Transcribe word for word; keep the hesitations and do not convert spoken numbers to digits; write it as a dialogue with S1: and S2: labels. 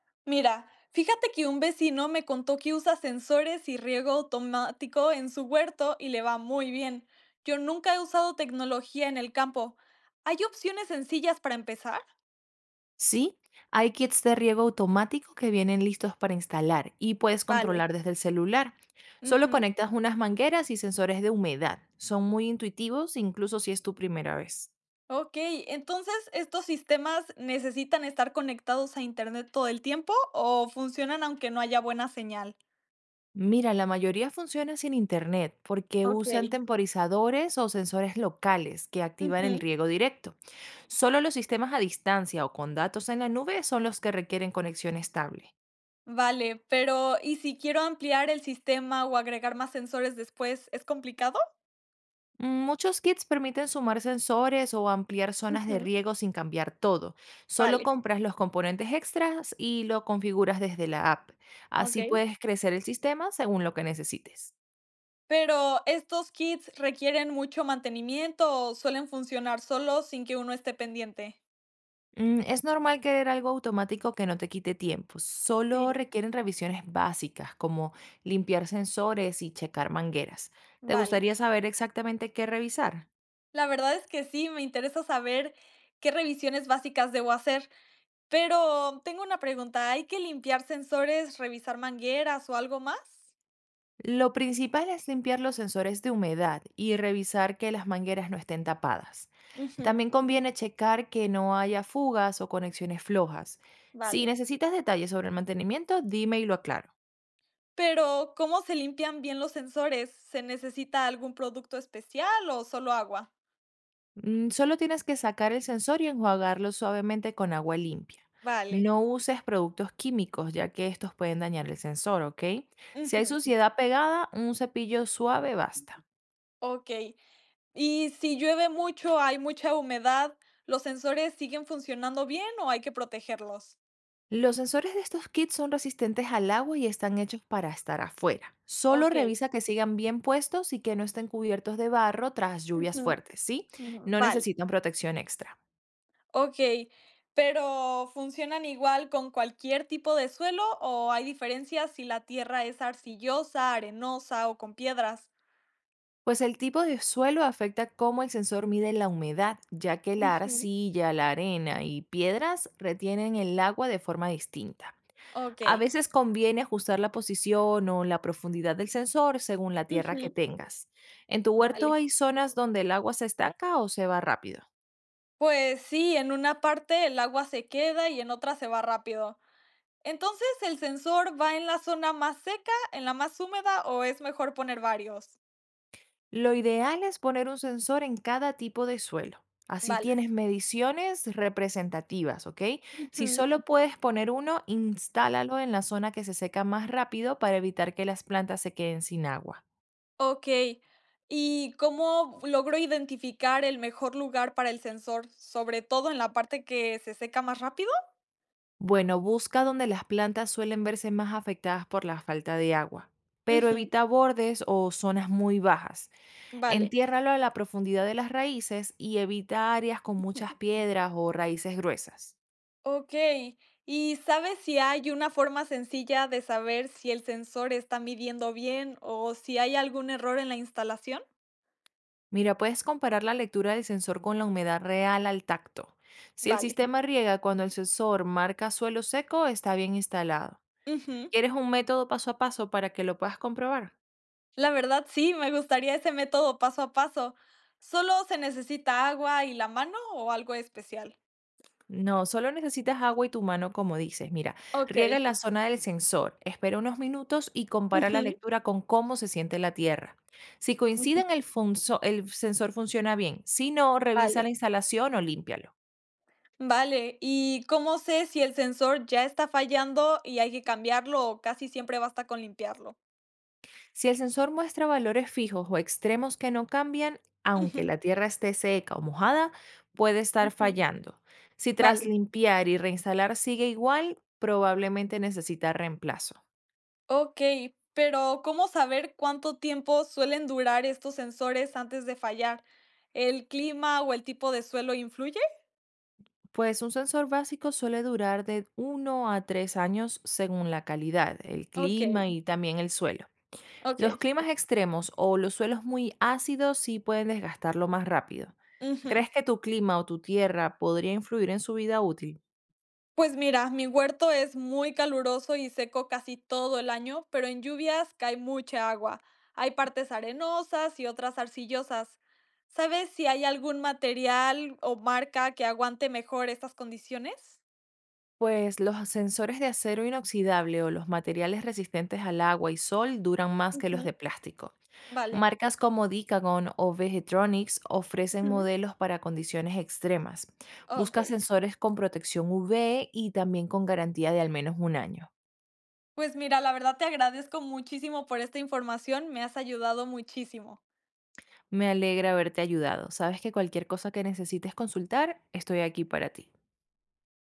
S1: Mira, fíjate que un vecino me contó que usa sensores y riego automático en su huerto y le va muy bien. Yo nunca he usado tecnología en el campo. ¿Hay opciones sencillas para empezar?
S2: Sí, hay kits de riego automático que vienen listos para instalar y puedes
S1: Vale.
S2: controlar desde el celular. Solo
S1: Ujú.
S2: conectas unas mangueras y sensores de humedad. Son muy intuitivos, incluso si es tu primera vez.
S1: Ok, entonces, ¿estos sistemas necesitan estar conectados a Internet todo el tiempo o funcionan aunque no haya buena señal?
S2: Mira, la mayoría funciona sin internet porque
S1: Ok.
S2: usan temporizadores o sensores locales que activan el
S1: Ujú.
S2: riego directo. Solo los sistemas a distancia o con datos en la nube son los que requieren conexión estable.
S1: Vale, pero ¿y si quiero ampliar el sistema o agregar más sensores después, es complicado?
S2: Muchos kits permiten sumar sensores o ampliar zonas de
S1: Ujú.
S2: riego sin cambiar todo. Solo
S1: Vale.
S2: compras los componentes extras y lo configuras desde la app.
S1: Ok.
S2: Así puedes crecer el sistema según lo que necesites.
S1: Pero, ¿estos kits requieren mucho mantenimiento o suelen funcionar solos sin que uno esté pendiente?
S2: Mm, Es normal querer algo automático que no te quite tiempo. Solo
S1: Sí.
S2: requieren revisiones básicas como limpiar sensores y checar mangueras. ¿Te
S1: Vale,
S2: gustaría saber exactamente qué revisar?
S1: la verdad es que sí, me interesa saber qué revisiones básicas debo hacer, pero tengo una pregunta, ¿hay que limpiar sensores, revisar mangueras o algo más?
S2: Lo principal es limpiar los sensores de humedad y revisar que las mangueras no estén tapadas.
S1: Ujú,
S2: También conviene checar que no haya fugas o conexiones flojas. Si
S1: vale.
S2: necesitas detalles sobre el mantenimiento, dime y lo aclaro.
S1: Pero, ¿cómo se limpian bien los sensores? ¿Se necesita algún producto especial o solo agua?
S2: Mm, Solo tienes que sacar el sensor y enjuagarlo suavemente con agua limpia.
S1: Vale.
S2: No uses productos químicos, ya que estos pueden dañar el sensor, ¿ok? Si hay
S1: Ujú,
S2: suciedad pegada, un cepillo suave basta.
S1: ok. Y si llueve mucho, hay mucha humedad, ¿los sensores siguen funcionando bien o hay que protegerlos?
S2: Los sensores de estos kits son resistentes al agua y están hechos para estar afuera. Solo
S1: Ok.
S2: revisa que sigan bien puestos y que no estén cubiertos de barro tras lluvias
S1: Ujú.
S2: fuertes, ¿sí?
S1: Ujú,
S2: No
S1: vale.
S2: necesitan protección extra.
S1: Ok. Pero ¿funcionan igual con cualquier tipo de suelo o hay diferencias si la tierra es arcillosa, arenosa o con piedras?
S2: Pues el tipo de suelo afecta cómo el sensor mide la humedad, ya que la
S1: Ujú.
S2: arcilla, la arena y piedras retienen el agua de forma distinta.
S1: Ok.
S2: A veces conviene ajustar la posición o la profundidad del sensor según la tierra que
S1: Ujú,
S2: tengas. ¿En tu huerto
S1: vale.
S2: hay zonas donde el agua se estanca o se va rápido?
S1: Pues sí, en una parte el agua se queda y en otra se va rápido. Entonces, ¿el sensor va en la zona más seca, en la más húmeda o es mejor poner varios?
S2: Lo ideal es poner un sensor en cada tipo de suelo. Así
S1: Vale.
S2: tienes mediciones representativas, ¿ok? Si
S1: Ujú.
S2: solo puedes poner uno, instálalo en la zona que se seca más rápido para evitar que las plantas se queden sin agua.
S1: Ok. ¿Y cómo logro identificar el mejor lugar para el sensor, sobre todo en la parte que se seca más rápido?
S2: Bueno, busca donde las plantas suelen verse más afectadas por la falta de agua, pero
S1: Ujú,
S2: evita bordes o zonas muy bajas.
S1: vale.
S2: Entiérralo a la profundidad de las raíces y evita áreas con muchas piedras o raíces gruesas.
S1: Ok. ¿Y sabes si hay una forma sencilla de saber si el sensor está midiendo bien o si hay algún error en la instalación?
S2: Mira, puedes comparar la lectura del sensor con la humedad real al tacto. Si el
S1: Vale.
S2: sistema riega cuando el sensor marca suelo seco, está bien instalado.
S1: Ujú.
S2: ¿Quieres un método paso a paso para que lo puedas comprobar?
S1: La verdad, sí, me gustaría ese método paso a paso. ¿Solo se necesita agua y la mano o algo especial?
S2: No, solo necesitas agua y tu mano, como dices. Mira,
S1: Ok,
S2: riega en la zona del sensor, espera unos minutos y compara
S1: ujú,
S2: la lectura con cómo se siente la tierra. Si coinciden, el, funso- el sensor funciona bien. Si no, revisa
S1: vale.
S2: la instalación o límpialo.
S1: Vale, ¿y cómo sé si el sensor ya está fallando y hay que cambiarlo o casi siempre basta con limpiarlo?
S2: Si el sensor muestra valores fijos o extremos que no cambian, aunque
S1: Ujú,
S2: la tierra esté seca o mojada, puede estar
S1: ujú,
S2: fallando. Si tras
S1: vale.
S2: limpiar y reinstalar sigue igual, probablemente necesita reemplazo.
S1: Ok, pero ¿cómo saber cuánto tiempo suelen durar estos sensores antes de fallar? ¿El clima o el tipo de suelo influye?
S2: Pues un sensor básico suele durar de uno a tres años según la calidad, el
S1: Ok,
S2: clima y también el suelo.
S1: ok.
S2: Los climas extremos o los suelos muy ácidos sí pueden desgastarlo más rápido.
S1: Ujú.
S2: ¿Crees que tu clima o tu tierra podría influir en su vida útil?
S1: Pues mira, mi huerto es muy caluroso y seco casi todo el año, pero en lluvias cae mucha agua. Hay partes arenosas y otras arcillosas. ¿Sabes si hay algún material o marca que aguante mejor estas condiciones?
S2: Pues los sensores de acero inoxidable o los materiales resistentes al agua y sol duran más que los de
S1: Ujú,
S2: plástico.
S1: vale,
S2: Marcas como Decagon o Vegetronics ofrecen
S1: ujú.
S2: modelos para condiciones extremas.
S1: Ok.
S2: Busca sensores con protección U V y también con garantía de al menos un año.
S1: Pues mira, la verdad te agradezco muchísimo por esta información, me has ayudado muchísimo.
S2: Me alegra haberte ayudado. Sabes que cualquier cosa que necesites consultar, estoy aquí para ti.